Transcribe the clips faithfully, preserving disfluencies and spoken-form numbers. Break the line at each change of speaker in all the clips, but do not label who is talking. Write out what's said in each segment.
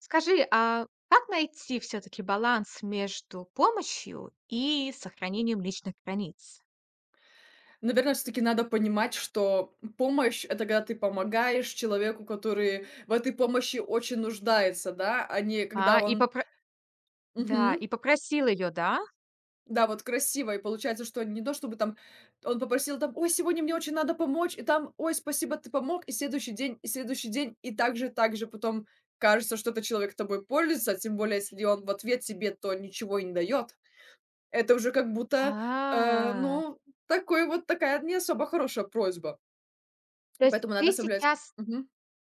Скажи, а как найти все-таки баланс между помощью и сохранением личных границ?
Наверное, все таки надо понимать, что помощь- это когда ты помогаешь человеку, который в этой помощи очень нуждается, да, а не когда
А, и
он.
попро да, и
Мгм.
попросил ее, да?
Да, вот красиво. И получается, что не то чтобы там он попросил там: «Ой, сегодня мне очень надо помочь», и там: «Ой, спасибо, ты помог». И следующий день, и следующий день, и так же, так же. Потом кажется, что этот человек тобой пользуется, тем более, если он в ответ тебе то ничего и не дает. Это уже как будто, э,
А,
ну, такой вот такая не особо хорошая просьба.
то есть
Поэтому надо
ты
соблюдать.
сейчас
Мгм.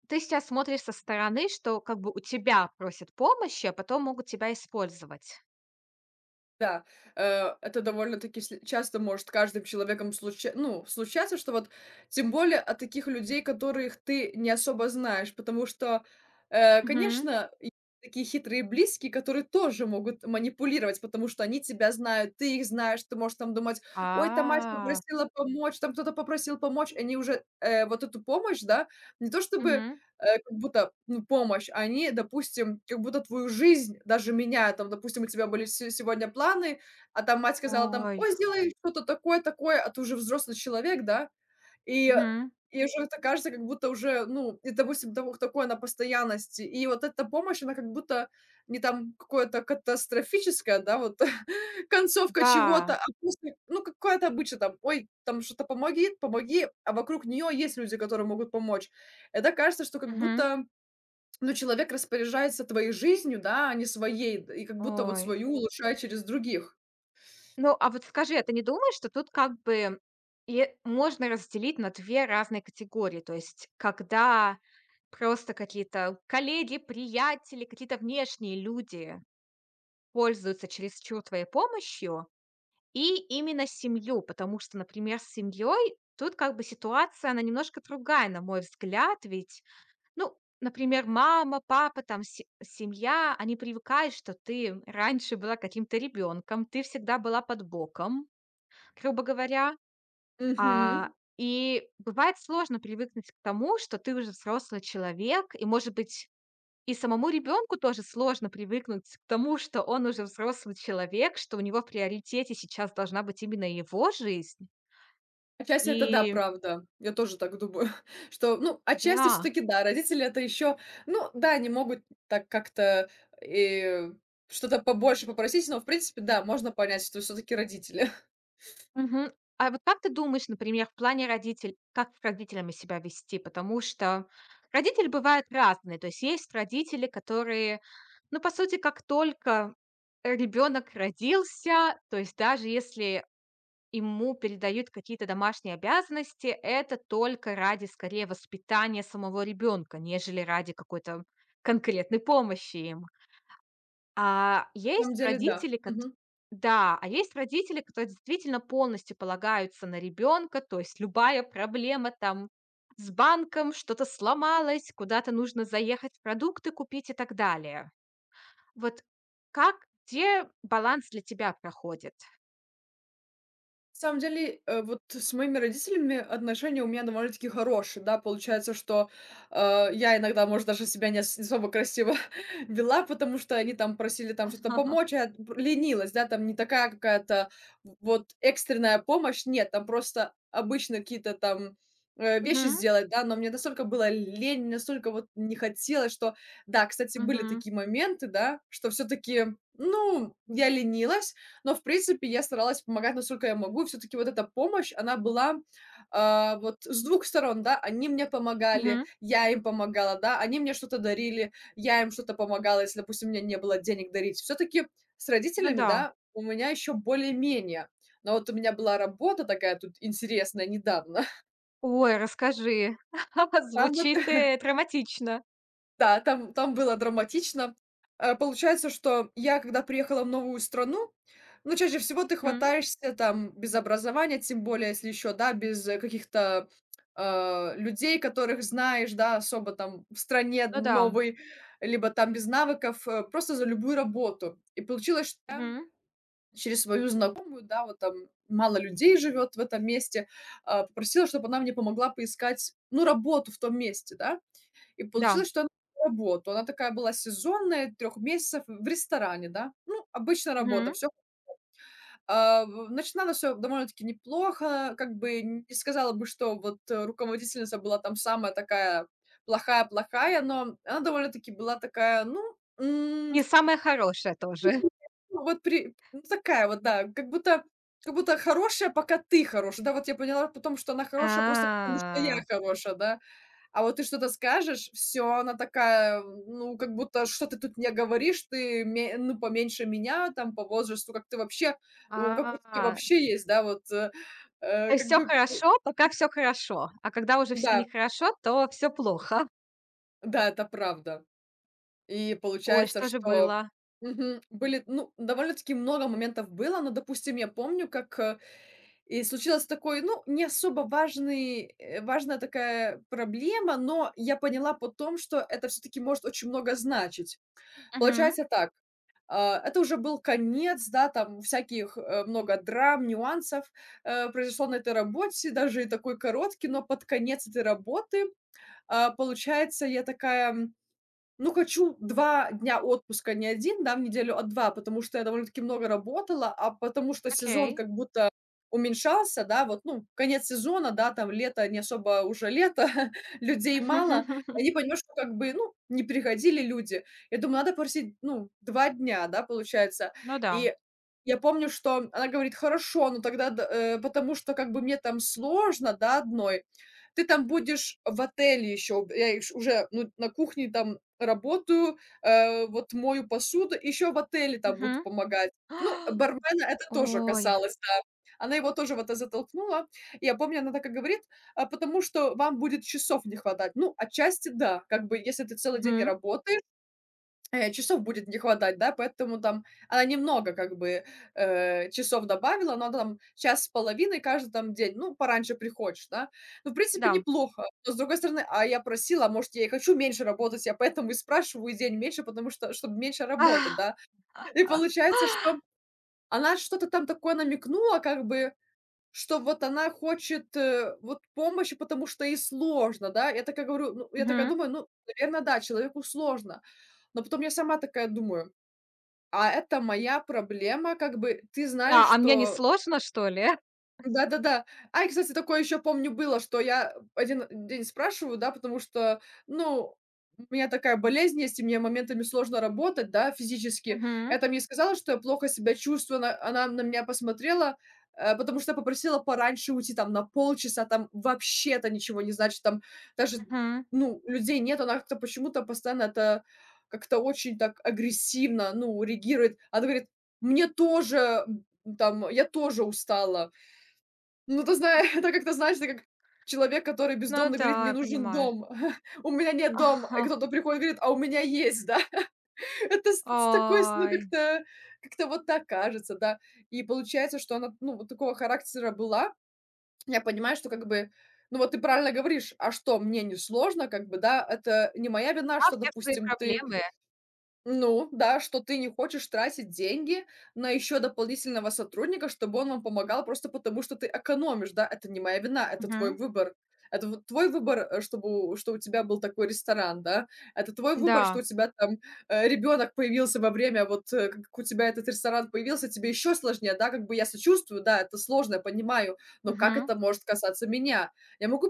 ты сейчас смотришь со стороны, что как бы у тебя просят помощи, а потом могут тебя использовать.
Да, э, это довольно-таки сл- часто может каждым человеком случа- ну, случаться, что вот тем более от таких людей, которых ты не особо знаешь, потому что, э,
Мгм.
конечно, есть такие хитрые близкие, которые тоже могут манипулировать, потому что они тебя знают, ты их знаешь, ты можешь там думать,
А,
ой, там мать попросила помочь, там кто-то попросил помочь, они уже э, вот эту помощь, да, не то чтобы
мгм.
э, как будто, ну, помощь. Они, допустим, как будто твою жизнь даже меняют. Там, допустим, у тебя были се сегодня планы, а там мать сказала там:
Ой,
«Ой, сделай что-то такое, такое». А ты уже взрослый человек, да? И
мгм.
и уже это кажется, как будто уже, ну, и, допустим, того такое на постоянности. И вот эта помощь, она как будто не там какое-то катастрофическое, да, вот концовка чего-то,
Да,
а просто, ну, какое то обычно там: «Ой, там что-то помоги, помоги», а вокруг нее есть люди, которые могут помочь. Это кажется, что как
мгм.
будто, ну, человек распоряжается твоей жизнью, да, а не своей, и как будто вот
Ой.
свою улучшает через других.
Ну, а вот скажи, а ты не думаешь, что тут как бы и можно разделить на две разные категории? То есть когда просто какие-то коллеги, приятели, какие-то внешние люди пользуются чересчур твоей помощью, и именно семью. Потому что, например, с семьей тут как бы ситуация, она немножко другая, на мой взгляд. Ведь, ну, например, мама, папа, там се семья, они привыкают, что ты раньше была каким-то ребенком, ты всегда была под боком, грубо говоря. А,
Мгм.
и бывает сложно привыкнуть к тому, что ты уже взрослый человек, и, может быть, и самому ребенку тоже сложно привыкнуть к тому, что он уже взрослый человек, что у него в приоритете сейчас должна быть именно его жизнь.
Отчасти это да,
И
правда. Я тоже так думаю, что, ну, отчасти все
да.
таки да, родители- это еще, ну да, они могут так как-то и что-то побольше попросить, но, в принципе, да, можно понять, что все таки родители.
Мгм. А вот как ты думаешь, например, в плане родителей, как с родителями себя вести? Потому что родители бывают разные. То есть есть родители, которые, ну, по сути, как только ребенок родился, то есть даже если ему передают какие-то домашние обязанности, это только ради, скорее, воспитания самого ребенка, нежели ради какой-то конкретной помощи им. А
На самом
есть
деле, да.
родители, кот
Мгм.
да, а есть родители, которые действительно полностью полагаются на ребенка, то есть любая проблема там с банком, что-то сломалось, куда-то нужно заехать, продукты купить и так далее. Вот как, где баланс для тебя проходит?
На самом деле, э, вот с моими родителями отношения у меня довольно-таки хорошие, да. Получается, что, э, я иногда, может, даже себя не ос не особо красиво вела, потому что они там просили там что-то помочь, а я б ленилась, да, там не такая какая-то вот экстренная помощь. Нет, там просто обычно какие-то там, э, вещи
Мгм,
сделать, да, но мне настолько было лень, настолько вот не хотелось, что. Да, кстати, были
мгм,
такие моменты, да, что все таки ну, я ленилась, но, в принципе, я старалась помогать, насколько я могу. Все таки вот эта помощь, она была, а, вот с двух сторон, да. Они мне помогали,
мгм.
я им помогала, да. Они мне что-то дарили, я им что-то помогала, если, допустим, у меня не было денег дарить. Все таки с
Ну
родителями,
да.
да, у меня еще более-менее. Но вот у меня была работа такая тут интересная недавно.
Ой, расскажи.
Там вот
Звучит, э, драматично.
Да, там там было драматично. Э, получается, что я, когда приехала в новую страну, ну, чаще всего ты
Мгм.
хватаешься там без образования, тем более, если еще, да, без, э, каких-то, а, людей, которых знаешь, да, особо там в стране
Ну да.
новой, либо там без навыков, э, просто за любую работу. И получилось, что я
Мгм.
через свою знакомую, да, вот там мало людей живет в этом месте, а, попросила, чтобы она мне помогла поискать, ну, работу в том месте, да. И
Да.
получилось, что она на работу. Она такая была сезонная, трёх месяцев в ресторане, да. Ну, обычная работа,
Мгм.
все. Начинала все довольно-таки неплохо. Как бы не сказала бы, что вот, э, руководительница была там самая такая плохая-плохая, но она довольно-таки была такая, ну, м,
Не самое хорошее тоже.
ну вот при ну такая вот, да, как будто как будто хорошая, пока ты хорош. Да, вот я поняла потом, что она хорошая просто потому, что я
А.
хорошая, да. А вот ты что-то скажешь, все, она такая, ну, как будто: «Что ты тут мне говоришь? Ты ме ну, поменьше меня там по возрасту, как ты вообще, у как у тебя
А.
вообще есть, да, вот, э,
То
э,
есть
как
всё
бы». п-
хорошо, пока все хорошо, а когда уже всё
Да,
нехорошо, то все плохо.
да, это правда. И
Ой,
получается,
что же
что
было?
Мгм. Были, ну, довольно-таки много моментов было, но, допустим, я помню, как, э, и случилось такой, ну, не особо важный, э, важная такая проблема, но я поняла потом, что это все таки может очень много значить.
Мгм.
Получается так, а, это уже был конец, да, там всяких, э, много драм, нюансов, э, произошло на этой работе, даже и такой короткий, но под конец этой работы, а, получается, я такая ну, хочу два дня отпуска, не один, да, в неделю, а два, потому что я довольно-таки много работала, а потому что сезон
Окей.
как будто уменьшался, да, вот, ну, конец сезона, да, там лето не особо уже лето, людей мало. И они понимают, что как бы, ну, не приходили люди. Я думаю, надо просить, ну, два дня, да, получается.
Ну да.
И я помню, что она говорит: «Хорошо, ну тогда д э, потому что как бы мне там сложно, да, одной. Ты там будешь в отеле еще». Я ей уже, ну, на кухне там работаю, э, вот мою посуду, еще в отеле там будут
Мгм.
помогать. Ну, бармена это тоже
Ой.
касалось, да. Она его тоже в это затолкнула. И я помню, она так и говорит: «А потому что вам будет часов не хватать». Ну, отчасти да, как бы если ты целый день не
Мгм.
работаешь. Э, часов будет не хватать, да, поэтому там она немного как бы, э, часов добавила, но там час с половиной каждый там день, ну, пораньше приходишь, да. Ну, в принципе,
Да.
неплохо, но, с другой стороны, а я просила, а может, я и хочу меньше работать, я поэтому и спрашиваю день меньше, потому что чтобы меньше работать,
Ах,
да. И
а.
получается, что она что-то там такое намекнула, как бы, что вот она хочет, э, вот помощи, потому что ей сложно, да. Я такая говорю, ну, я такая
Мгм.
думаю, ну, наверное, да, человеку сложно. Но потом я сама такая думаю а это моя проблема, как бы ты знаешь,
Да, а мне не
что
сложно, что ли?
да-да-да. А, кстати, такое еще помню было, что я один день спрашиваю, да, потому что, ну, у меня такая болезнь есть, и мне моментами сложно работать, да, физически. Я
Мгм.
там ей сказала, что я плохо себя чувствую, она она на меня посмотрела, э, потому что я попросила пораньше уйти там на полчаса, там вообще то ничего не значит, там даже,
Мгм.
ну, людей нет, она как-то почему-то постоянно это как-то очень так агрессивно, ну, реагирует. Она говорит: «Мне тоже, м, там, я тоже устала». Ну, ты зна это как-то, знаешь, это как человек, который
Ну
бездомный, говорит:
да,
«Мне
я
нужен
понимаю.
дом, у меня нет дома». И
Ага.
кто-то приходит, и говорит: «А у меня есть», да. Это с с такой, с ну,
Ой.
как-то как-то вот так кажется, да. И получается, что она, ну, вот такого характера была. Я понимаю, что как бы, ну, вот ты правильно говоришь: «А что, мне не сложно?» Как бы, да. Это не моя вина,
Да,
что,
все свои
допустим, ты
проблемы.
ну да, что ты не хочешь тратить деньги на еще дополнительного сотрудника, чтобы он вам помогал просто потому, что ты экономишь, да. Это не моя вина, это твой
Мгм.
выбор. Это вот твой выбор, э, чтобы у что у тебя был такой ресторан, да. Это твой выбор, что у
Да.
тебя там, э, ребенок появился во время вот, э, как у тебя этот ресторан появился, тебе еще сложнее, да. Как бы я сочувствую, да, это сложно, я понимаю, но как
Мгм.
это может касаться меня? Я могу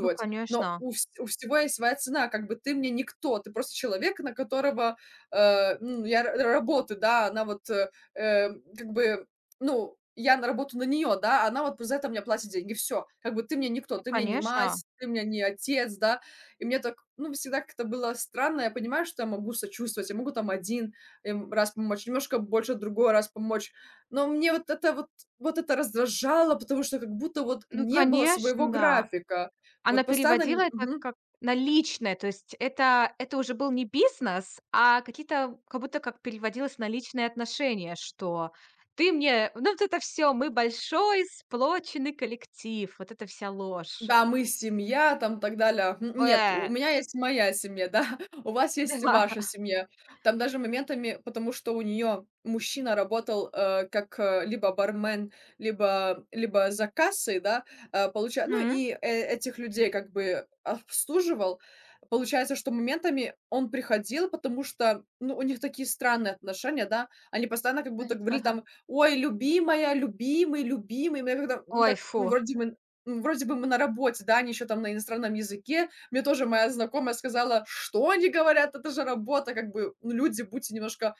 Ну,
но
конечно.
у вс у всего есть своя цена, как бы ты мне никто, ты просто человек, на которого э, ну, я р работы, да, она вот, э, э, как бы, ну, я на работу на неё, да, а она вот за это мне платит деньги. Всё. Как бы ты мне никто,
Ну,
ты мне не
конечно.
мать, ты мне не отец, да. И мне так, ну, всегда как-то было странно. Я понимаю, что я могу сочувствовать, я могу там один им раз помочь, немножко больше другой раз помочь. Но мне вот это вот вот это раздражало, потому что как будто вот
Ну,
не было своего
конечно, да.
графика.
Она
Вот постоянно
переводила
нь
это
мгм.
как на личное, то есть это это уже был не бизнес, а какие-то как будто как переводилось на личные отношения, что ты мне, ну, вот это все, мы большой сплоченный коллектив, вот это вся ложь.
Да, мы семья, там, так далее. М, нет, у
Бэ.
меня есть моя семья, да, у вас есть
Да.
ваша семья. Там даже моментами, потому что у нее мужчина работал, э, как, э, либо бармен, либо либо за кассой, да, э, получа ну,
Мгм.
и э этих людей как бы обслуживал. Получается, что моментами он приходил, потому что, ну, у них такие странные отношения, да. Они постоянно как будто говорили там: «Ой, любимая, любимый, любимый». Мы когда, ну,
Ой,
так,
фу.
ну, вроде мы М, вроде бы мы на работе, да, они еще там на иностранном языке. Мне тоже моя знакомая сказала: «Что они говорят? Это же работа, как бы, ну, люди, будьте немножко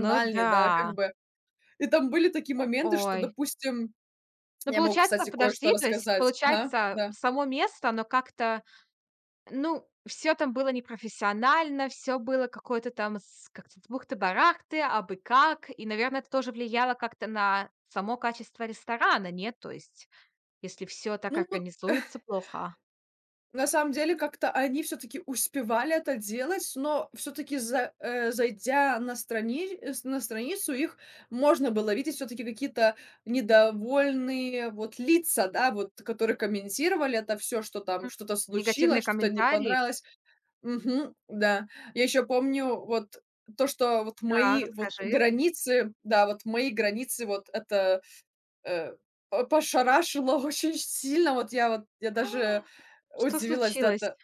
Ну да.
да, как бы». И там были такие моменты, что,
Ой.
допустим,
Ну,
я могу,
получается,
кстати, кое-что
подожди, то есть,
рассказать. Ага,
получается,
да.
само место, оно как-то. Ну, все там было непрофессионально, все было какое-то там с, как-то с бухты-барахты, абы как. И, наверное, это тоже влияло как-то на само качество ресторана, нет? То есть, если все так
Ну вот.
организуется плохо.
На самом деле, как-то они все таки успевали это делать, но все таки за э, зайдя на страни э, с на страницу, их можно было видеть все таки какие-то недовольные вот лица, да, вот, которые комментировали это все, что там
М.
что-то
Негативные
случилось, что-то не
комментарии.
понравилось. Мгм, да. Я еще помню вот то, что вот
Да,
мои вот
расскажи.
границы, да, вот мои границы, вот это, э, по пошарашило очень сильно. Вот я вот я даже
Что
удивилась, да,
случилось?
та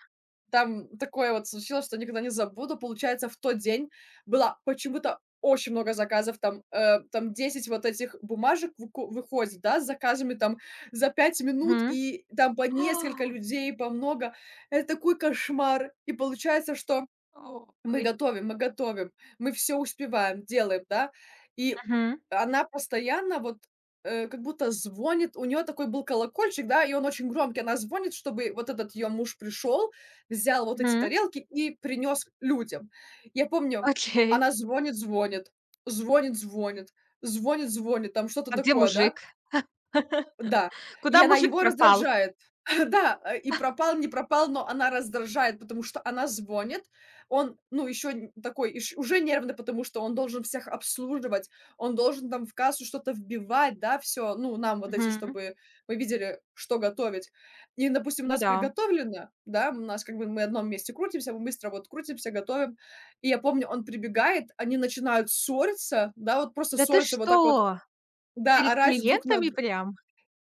там такое вот случилось, что никогда не забуду. Получается, в тот день было почему-то очень много заказов, там, э, там десять вот этих бумажек выко выходит, да, с заказами там за пять минут,
Мгм.
и там по несколько людей, по много. Это такой кошмар. И получается, что мы
Ой.
готовим, мы готовим, мы все успеваем, делаем, да. И
Мгм,
она постоянно вот, э, как будто звонит, у нее такой был колокольчик, да, и он очень громкий. Она звонит, чтобы вот этот ее муж пришел, взял вот эти
мгм.
тарелки и принес людям. Я помню,
Окей.
она звонит, звонит, звонит, звонит, звонит, звонит, там что-то
А где
такое, да.
мужик?
Да, и
Куда
она
мужик
его
пропал?
раздражает. Да, э, и пропал, не пропал, но она раздражает, потому что она звонит. Он, ну, еще такой, иш- уже нервный, потому что он должен всех обслуживать, он должен там в кассу что-то вбивать, да, все, ну, нам вот эти,
Мгм.
чтобы мы видели, что готовить. И, допустим, у
Ну
нас
да.
приготовлено, да, у нас как бы мы в одном месте крутимся, мы быстро вот крутимся, готовим. И я помню, он прибегает, они начинают ссориться, да, вот просто
Да ты
ссориться вот так вот,
что,
да,
перед
орать друг на
клиентами
друга.
прям?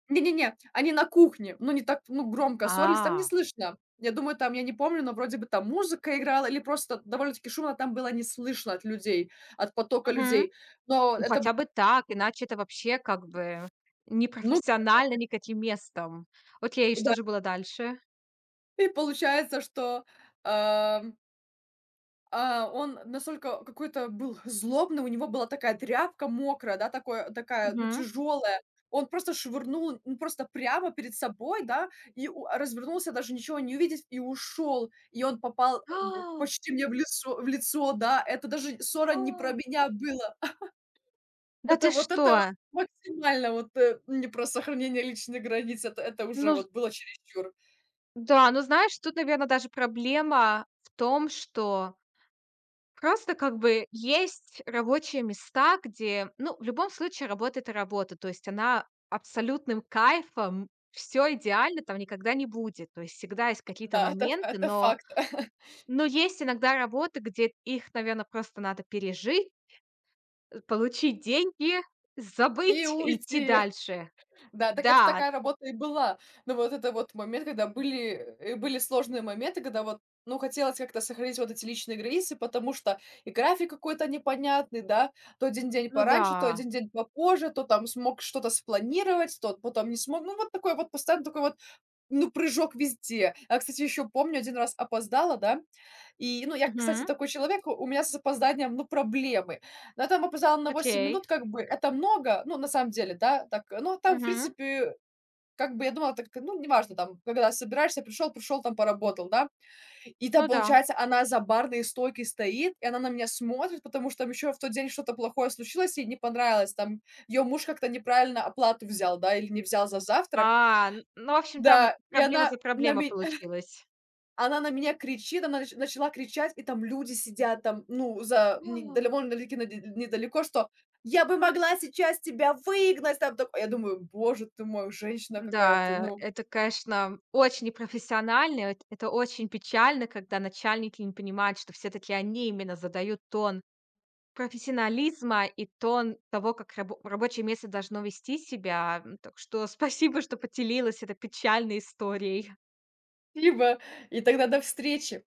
Не-не-не, они на кухне, ну, не так, ну, громко ссорились, там не
А.
слышно. Я думаю, там, я не помню, но вроде бы там музыка играла или просто довольно-таки шумно там было, не слышно от людей, от потока
Мгм.
людей. Но
Ну
это
хотя
было,
бы так, иначе это вообще как бы
ну
непрофессионально никаким местом. Окей,
да.
что же было дальше?
И получается, что, а А, он настолько какой-то был злобный, у него была такая тряпка мокрая, да, такое такая, ну,
Мгм.
тяжелая. Он просто швырнул, ну, просто прямо перед собой, да, и у а, развернулся, даже ничего не увидев, и ушел. И он попал в
А,
почти мне в лицо в лицо, да. Это даже ссора не про
а,
меня было.
да
Это
ты
вот
что?
это вот максимально вот, э, не про сохранение личных границ. Это это уже
Ну, з
вот было чересчур.
да, ну знаешь, тут, наверное, даже проблема в том, что просто как бы есть рабочие места, где, ну, в любом случае работа- это работа. То есть она абсолютным кайфом, все идеально там никогда не будет. То есть всегда есть какие-то
Да, это ф
моменты,
это
но.
факт.
Но есть иногда работы, где их, наверно, просто надо пережить, э, получить деньги,
И
забыть и идти
уйти.
дальше.
Да, так это
Да,
такая работа и была. Но вот это вот момент, когда были, э, были сложные моменты, когда вот, ну, хотелось как-то сохранить вот эти личные границы, потому что и график какой-то непонятный, да, то один день
ну
пораньше, то
да.
один день попозже, то там смог что-то спланировать, то потом не смог. Ну, вот такой вот постоянно такой вот, ну, прыжок везде. А, кстати, еще помню, один раз опоздала, да. И, ну, я, кстати,
Мгм.
такой человек, у у меня с опозданием, ну, проблемы. Но я там опоздала на восемь
Окей.
минут, как бы это много, ну, на самом деле, да, так, ну, а там, в
Мгм.
принципе, как бы я думала, так, ну, неважно, там, когда собираешься, пришел, пришел, там, поработал, да. И там,
Ну да.
получается, она за барной стойкой стоит, и она на меня смотрит, потому что там еще в тот день что-то плохое случилось, ей не понравилось, там, ее муж как-то неправильно оплату взял, да, или не взял за
А,
завтрак.
н ну, в общем, там
Да, и
проблема
она
за
на
проблема
ме
получилась.
она на меня кричит, она нач начала кричать, и там люди сидят там, ну, за не
А.
довольно-таки наде недалеко, что: "Я бы могла сейчас тебя выгнать!" Там такое. Я думаю: "Боже ты мой, женщина какая-то,
Да,
ну,
это, конечно, очень непрофессионально. Эт это очень печально, когда начальники не понимают, что все-таки они именно задают тон профессионализма и тон того, как рабо рабочее место должно вести себя. М, так что спасибо, что поделилась этой печальной историей.
либо". И тогда до встречи.